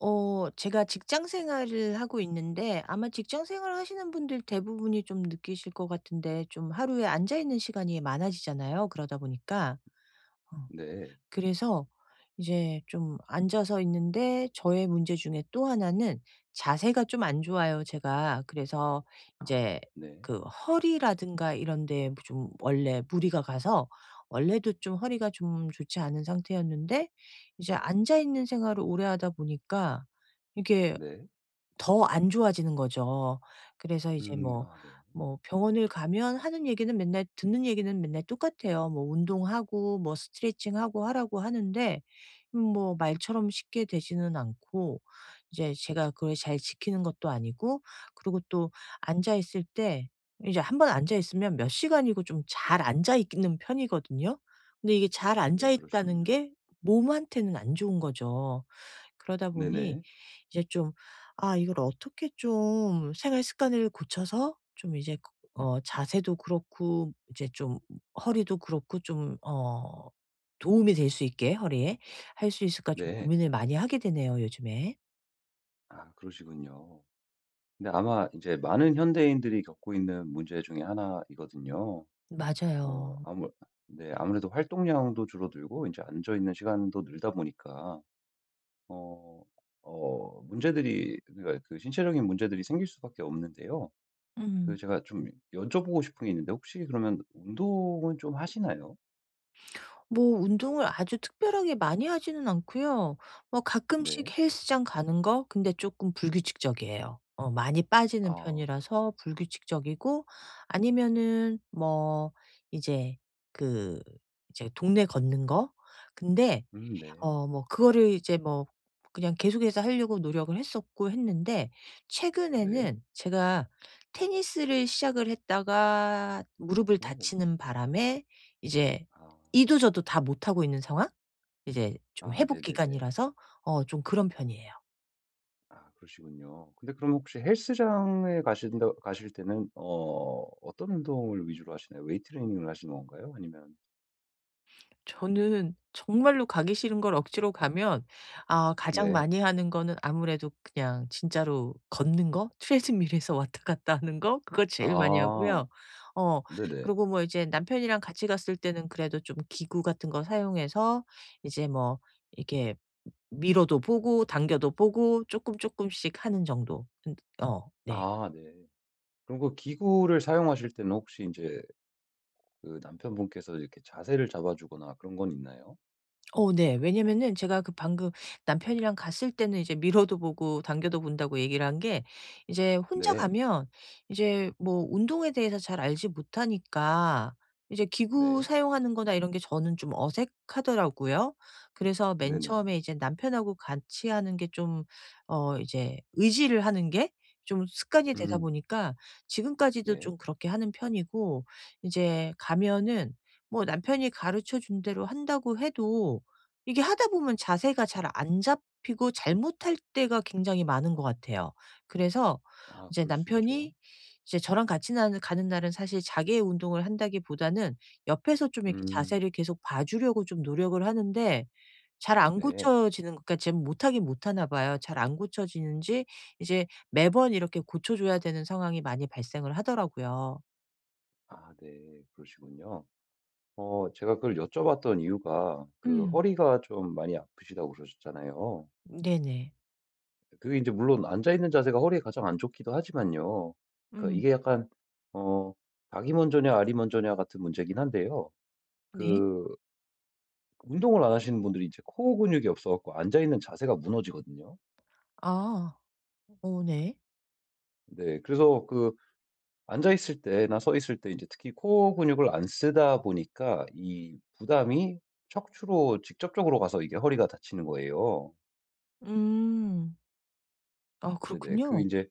제가 직장 생활을 하고 있는데 아마 직장 생활 하시는 분들 대부분이 좀 느끼실 것 같은데 좀 하루에 앉아 있는 시간이 많아지잖아요, 그러다 보니까. 어. 네. 그래서 이제 좀 앉아서 있는데 저의 문제 중에 또 하나는 자세가 좀 안 좋아요, 제가. 그래서 아 이제 네. 그 허리라든가 이런 데좀 원래 무리가 가서 원래도 좀 허리가 좀 좋지 않은 상태였는데 이제 앉아 있는 생활을 오래 하다 보니까 이게 네. 더 안 좋아지는 거죠. 그래서 이제 뭐 아 네. 뭐 병원을 가면 하는 얘기는 맨날, 듣는 얘기는 맨날 똑같아요. 뭐 운동하고 뭐 스트레칭하고 하라고 하는데 뭐 말처럼 쉽게 되지는 않고 이제 제가 그걸 잘 지키는 것도 아니고. 그리고 또 앉아 있을 때 이제 한 번 앉아 있으면 몇 시간이고 좀 잘 앉아 있는 편이거든요. 근데 이게 잘 아 네, 앉아 있다는 그러시군요. 게 몸한테는 안 좋은 거죠. 그러다 보니 네네. 이제 좀, 아 이걸 어떻게 좀 생활 습관을 고쳐서 좀 이제 그 자세도 그렇고 이제 좀 허리도 그렇고 좀 도움이 될 수 있게 허리에 할 수 있을까 좀 네. 고민을 많이 하게 되네요 요즘에. 아 그러시군요. 근데 아마 이제 많은 현대인들이 겪고 있는 문제 중에 하나이거든요. 어 맞아요. 아무 네, 아무래도 활동량도 줄어들고 이제 앉아 있는 시간도 늘다 보니까 어 문제들이 그러니까 그 신체적인 문제들이 생길 수밖에 없는데요. 그 음. 제가 좀 여쭤보고 싶은 게 있는데, 혹시 그러면 운동은 좀 하시나요? 뭐 운동을 아주 특별하게 많이 하지는 않고요. 뭐 네. 가끔씩 헬스장 가는 거, 근데 조금 불규칙적이에요. 어 많이 빠지는 아 편이라서 불규칙적이고 아니면은 뭐 이제 그 이제 동네 걷는 거. 근데 네. 뭐 그거를 이제 뭐 그냥 계속해서 하려고 노력을 했었고 했는데 네. 최근에는 제가 테니스를 시작을 했다가 무릎을 오. 다치는 바람에 이제 아. 이도 저도 다 못하고 있는 상황? 이제 좀 아 회복 네네네. 기간이라서 어 좀 그런 편이에요. 아 그러시군요. 근데 그럼 혹시 헬스장에 가신다 가실 때는 어떤 운동을 위주로 하시나요? 웨이트 트레이닝을 하시는 건가요? 아니면 저는 정말로 가기 싫은 걸 억지로 가면 아 가장 네. 많이 하는 거는 아무래도 그냥 진짜로 걷는 거? 트레드밀에서 왔다 갔다 하는 거? 그거 제일 많이 아. 하고요. 어. 네네. 그리고 뭐 이제 남편이랑 같이 갔을 때는 그래도 좀 기구 같은 거 사용해서 이제 뭐 이렇게 밀어도 보고 당겨도 보고 쪼끔 쪼끔씩 하는 정도. 근 어 네. 아 네. 그럼 그 기구를 사용하실 때는 혹시 이제 그 남편분께서 이렇게 자세를 잡아주거나 그런 건 있나요? 어 네. 왜냐면은 제가 그 방금 남편이랑 갔을 때는 이제 미러도 보고 당겨도 본다고 얘기를 한 게, 이제 혼자 네. 가면 이제 뭐 운동에 대해서 잘 알지 못하니까 이제 기구 네. 사용하는 거나 이런 게 저는 좀 어색하더라고요. 그래서 네 맨 네. 처음에 이제 남편하고 같이 하는 게 좀 어 이제 의지를 하는 게 좀 습관이 되다 음. 보니까 지금까지도 네. 좀 그렇게 하는 편이고 이제 가면은 뭐 남편이 가르쳐 준 대로 한다고 해도 이게 하다 보면 자세가 잘 안 잡히고 잘못할 때가 굉장히 많은 것 같아요. 그래서 아 이제 그럴 수 있죠. 남편이 이제 저랑 같이 나는 가는 날은 사실 자기의 운동을 한다기보다는 옆에서 좀 이렇게 음. 자세를 계속 봐 주려고 좀 노력을 하는데 잘 안 네. 고쳐지는, 그러니까 못하긴 못하나 봐요. 잘 안 고쳐지는지 이제 매번 이렇게 고쳐 줘야 되는 상황이 많이 발생을 하더라고요. 아 네, 그러시군요. 어 제가 그걸 여쭤봤던 이유가, 그 음. 허리가 좀 많이 아프시다고 그러셨잖아요. 네네. 그게 이제 물론 앉아 있는 자세가 허리에 가장 안 좋기도 하지만요. 그러니까 음. 이게 약간 어 닭이 먼저냐 알이 먼저냐 같은 문제긴 한데요. 네. 그 운동을 안 하시는 분들이 이제 코어 근육이 없어 갖고 앉아 있는 자세가 무너지거든요. 아. 오 네. 네. 그래서 그 앉아 있을 때나 서 있을 때 이제 특히 코어 근육을 안 쓰다 보니까 이 부담이 척추로 직접적으로 가서 이게 허리가 다치는 거예요. 음. 아 네네. 그 그렇군요. 이제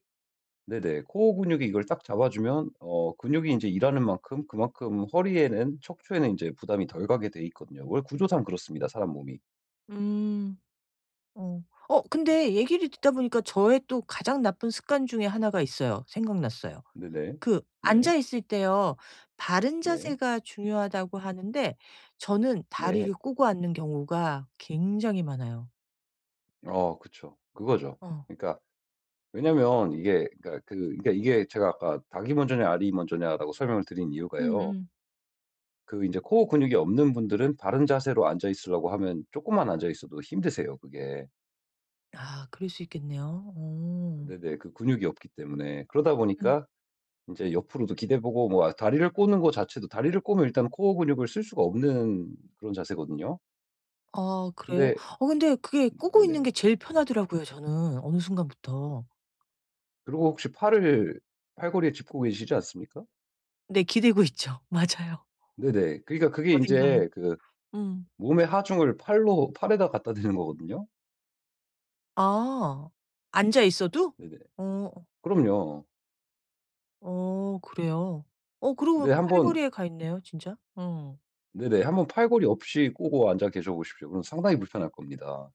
네네. 코어 근육이 이걸 딱 잡아주면 근육이 이제 일하는 만큼 그만큼 허리에는 척추에는 이제 부담이 덜 가게 돼 있거든요. 원래 구조상 그렇습니다, 사람 몸이. 음. 어. 어 근데 얘기를 듣다 보니까 저의 또 가장 나쁜 습관 중에 하나가 있어요. 생각났어요. 네네. 그 네. 앉아 있을 때요. 바른 네. 자세가 중요하다고 하는데 저는 다리를 네. 꼬고 앉는 경우가 굉장히 많아요. 어 그쵸. 그거죠. 어. 그러니까 왜냐면 이게 그러니까 이게 제가 아까 닭이 먼저냐 알이 먼저냐라고 설명을 드린 이유가요. 음음. 그 이제 코어 근육이 없는 분들은 바른 자세로 앉아 있으려고 하면 조금만 앉아 있어도 힘드세요, 그게. 아 그럴 수 있겠네요. 어. 네네. 그 근육이 없기 때문에. 그러다 음. 보니까 인제 옆으로도 기대보고 뭐 다리를 꼬는 거 자체도, 다리를 꼬면 일단 코어 근육을 쓸 수가 없는 그런 자세거든요. 아 그래요? 근데 어 근데 그게 꼬고 있는 게 네네. 제일 편하더라고요 저는 어느 순간부터. 그리고 혹시 팔을 팔걸이에 짚고 계시지 않습니까? 네 기대고 있죠. 맞아요. 네네. 그러니까 그게 어딘가에. 인제 그 음. 몸의 하중을 팔로 팔에다 갖다 대는 거거든요. 아. 앉아 있어도? 네네. 어. 그럼요. 어 그래요. 어 그러고 네 보니까 한번 팔걸이에 가 있네요 진짜. 어. 네네. 한번 팔걸이 없이 꼬고 앉아 계셔 보십시오. 그럼 상당히 불편할 겁니다.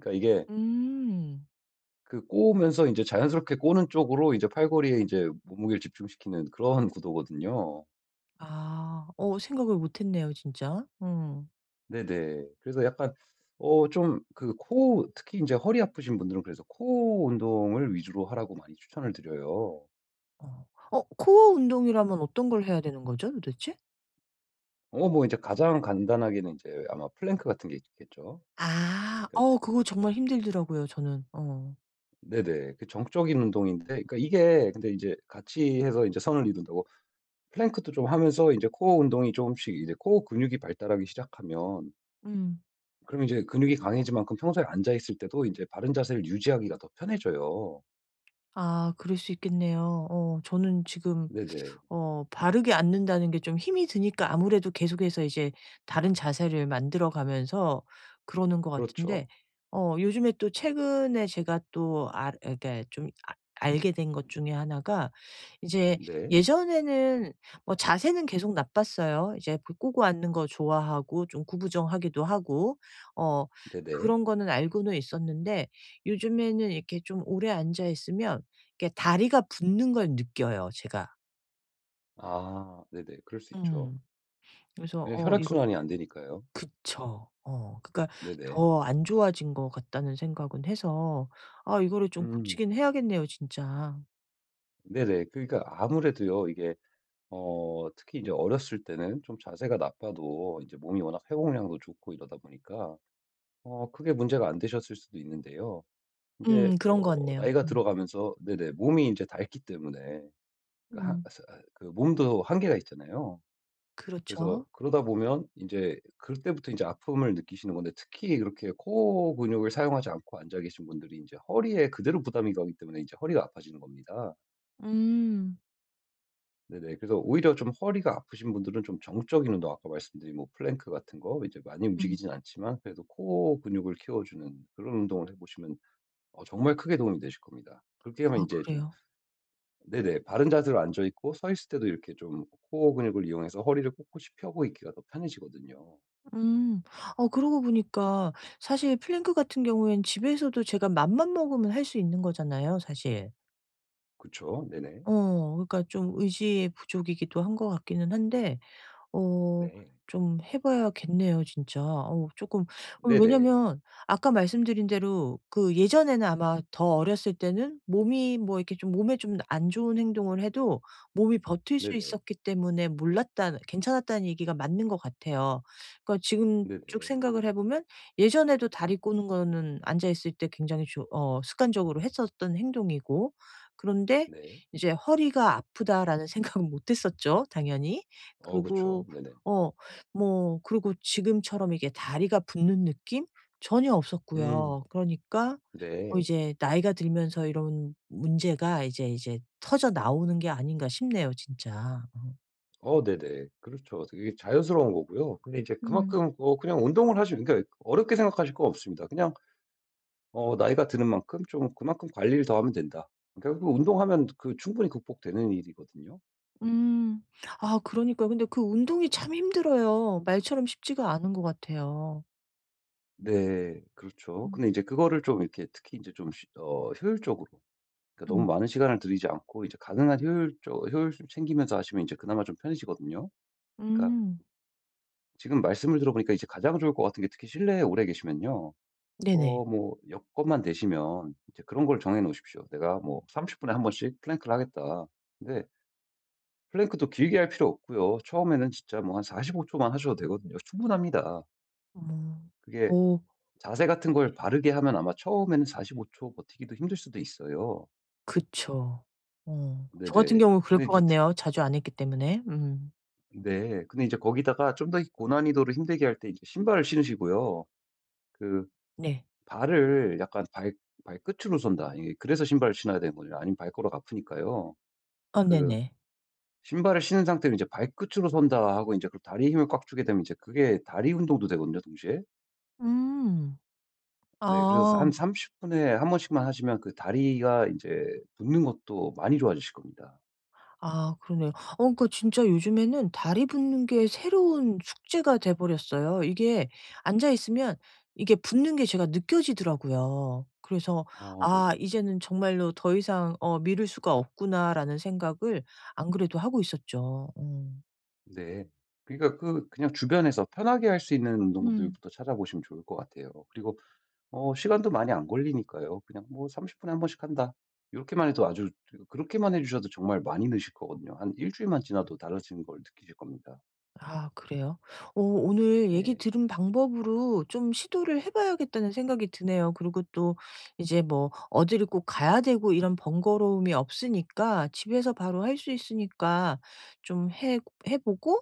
그러니까 이게 음. 그 꼬으면서 인제 자연스럽게 꼬는 쪽으로 이제 팔걸이에 인제 몸무게를 집중시키는 그런 구도거든요. 아. 어 생각을 못 했네요 진짜. 음. 네네. 그래서 약간 좀 그 코 특히 인제 허리 아프신 분들은 그래서 코어 운동을 위주로 하라고 많이 추천을 드려요. 어. 어 코어 운동이라면 어떤 걸 해야 되는 거죠 도대체? 인제 가장 간단하게는 인제 아마 플랭크 같은 게 있겠죠. 아. 그러니까 어 특 그거 정말 힘들더라고요 저는. 어. 네네. 그 정적인 운동인데, 그러니까 이게 근데 이제 같이 해서 인제 선을 이룬다고 플랭크도 좀 하면서 인제 코어 운동이 조금씩 이제 코어 근육이 발달하기 시작하면 음. 그럼 이제 근육이 강해지만큼 평소에 앉아 있을 때도 인제 바른 자세를 유지하기가 더 편해져요. 아 그럴 수 있겠네요. 어 저는 지금 네네. 어 바르게 앉는다는 게 좀 힘이 드니까 아무래도 계속해서 이제 다른 자세를 만들어 가면서 그러는 것 같은데 그렇죠. 어 요즘에 또 최근에 제가 또 알 그러니까 좀 아 알게 된 것 중에 하나가 이제 네. 예전에는 뭐 자세는 계속 나빴어요. 이제 그 꼬고 앉는 거 좋아하고 좀 구부정하기도 하고 어 네네. 그런 거는 알고는 있었는데 요즘에는 이렇게 좀 오래 앉아 있으면 이렇게 다리가 붓는 걸 느껴요 제가. 아 네네. 그럴 수 있죠. 음. 그래서 예, 어 이거 혈액순환이 안 되니까요. 그쵸. 어 그러니까 네네. 더 안 좋아진 것 같다는 생각은 해서 아 이거를 좀 음. 고치긴 해야겠네요 진짜. 네네. 그러니까 아무래도요 이게 특히 이제 어렸을 때는 좀 자세가 나빠도 이제 몸이 워낙 회복량도 좋고 이러다 보니까 크게 문제가 안 되셨을 수도 있는데요. 이제 그런 것 같네요. 나이가 음. 들어가면서 네네 몸이 이제 닳기 때문에 그한 음. 아 그 몸도 한계가 있잖아요. 그렇죠. 그래서 그러다 보면 이제 그때부터 이제 아픔을 느끼시는 건데, 특히 그렇게 코어 근육을 사용하지 않고 앉아 계신 분들이 이제 허리에 그대로 부담이 가기 때문에 이제 허리가 아파지는 겁니다. 음. 네네. 그래서 오히려 좀 허리가 아프신 분들은 좀 정적인 운동, 아까 말씀드린 뭐 플랭크 같은 거, 이제 많이 음. 움직이진 않지만 그래도 코어 근육을 키워주는 그런 운동을 해 보시면 정말 크게 도움이 되실 겁니다. 그렇게 하면 이아 제 좀 그래요? 네네. 바른 자세로 앉아 있고 서 있을 때도 이렇게 좀 코어 근육을 이용해서 허리를 꼿꼿이 펴고 있기가 더 편해지거든요. 음. 어 그러고 보니까 사실 플랭크 같은 경우에는 집에서도 제가 맘만 먹으면 할 수 있는 거잖아요 사실. 그쵸. 네네. 어 그러니까 좀 의지의 부족이기도 한 것 같기는 한데 어 네. 좀 해 봐야겠네요 진짜. 어 조금 어 네네. 왜냐면 아까 말씀드린 대로 그 예전에는 아마 더 어렸을 때는 몸이 뭐 이렇게 좀 몸에 좀 안 좋은 행동을 해도 몸이 버틸 수 네네. 있었기 때문에 몰랐다는, 괜찮았다는 얘기가 맞는 것 같아요. 그러니까 지금 쭉 네네. 생각을 해 보면 예전에도 다리 꼬는 거는 앉아 있을 때 굉장히 조 어 습관적으로 했었던 행동이고 그런데 네. 이제 '허리가 아프다.'라는 생각은 못 했었죠 당연히. 어 그쵸. 그리고 네네. 어 뭐 그리고 지금처럼 이게 다리가 붓는 느낌? 전혀 음. 없었고요. 그러니까 어 네. 이제 나이가 들면서 이런 문제가 이제 터져 나오는 게 아닌가 싶네요 진짜. 네네. 그렇죠. 되게 자연스러운 거고요. 근데 이제 음. 그만큼 그냥 운동을 하시면, 그러니까 어렵게 생각하실 거 없습니다. 그냥 나이가 드는 만큼 좀 그만큼 관리를 더 하면 된다. 그러니까 그 운동하면 그 충분히 극복되는 일이거든요. 음. 아 그러니까요. 근데 그 운동이 참 힘들어요. 말처럼 쉽지가 않은 것 같아요. 네. 그렇죠. 음 근데 이제 그거를 좀 이렇게 특히 이제 좀 쉬 어 효율적으로, 그러니까 너무 음. 많은 시간을 들이지 않고 이제 가능한 효율 좀 챙기면서 하시면 이제 그나마 좀 편해지거든요. 그러니까 음. 지금 말씀을 들어보니까 이제 가장 좋을 것 같은 게, 특히 실내에 오래 계시면요. 네네. 여건만 되시면 이제 그런 걸 정해 놓으십시오. 내가 뭐 30분 분에 한 번씩 플랭크를 하겠다. 근데 플랭크도 길게 할 필요 없고요. 처음에는 진짜 뭐 한 45초 초만 하셔도 되거든요. 충분합니다. 음. 그게 어 자세 같은 걸 바르게 하면 아마 처음에는 45초 버티기도 힘들 수도 있어요. 그쵸. 어. 저 같은 네네. 그 경우는 그럴 근데 것 이제 특 같네요 자주 안 했기 때문에. 음. 네. 근데 이제 거기다가 좀 더 고난이도를 힘들게 할 때 이제 신발을 신으시고요. 그 네. 발을 약간 발 발끝으로 선다. 이게 그래서 신발을 신어야 되는거요, 아니면 발가락 아프니까요. 어 그 네네. 신발을 신은 상태로 이제 '발끝으로 선다.' 하고 이제 그 다리에 힘을 꽉 주게 되면 이제 그게 다리 운동도 되거든요, 동시에. 음. 네, 그래서 아. 한 30분 분에 한 번씩만 하시면 그 다리가 이제 붓는 것도 많이 좋아지실 겁니다. 아 그러네요. 어 그러니까 진짜 요즘에는 다리 붓는 게 새로운 숙제가 돼 버렸어요. 이게 앉아 있으면 이게 붓는 게 제가 느껴지더라고요. 그래서 어 '아 네네. 이제는 정말로 더 이상 어 미룰 수가 없구나.'라는 생각을 안 그래도 하고 있었죠. 어. 네. 그러니까 그 그냥 주변에서 편하게 할 수 있는 음. 운동들부터 찾아보시면 좋을 것 같아요. 그리고 시간도 많이 안 걸리니까요. 그냥 뭐 30분 분에 한 번씩 한다. 이렇게만 해도 아주 그렇게만 해 주셔도 정말 많이 느실 거거든요. 한 일 주일만 지나도 달라지는 걸 느끼실 겁니다. 아 그래요? 어 오늘 얘기 네. 들은 방법으로 좀 시도를 해 봐야겠다는 생각이 드네요. 그리고 또 이제 뭐 어디를 꼭 가야 되고 이런 번거로움이 없으니까 집에서 바로 할 수 있으니까 좀 해 해 보고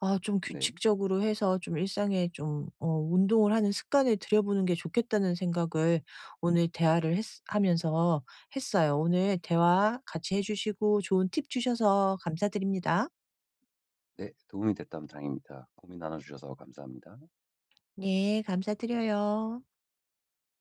아 좀 네. 규칙적으로 해서 좀 일상에 좀 어 운동을 하는 습관을 들여보는 게 좋겠다는 생각을 오늘 대화를 했 하면서 했어요. 오늘 대화 같이 해 주시고 좋은 팁 주셔서 감사드립니다. 네, 도움이 됐다면 다행입니다. 고민 나눠 주셔서 감사합니다. 네, 감사드려요.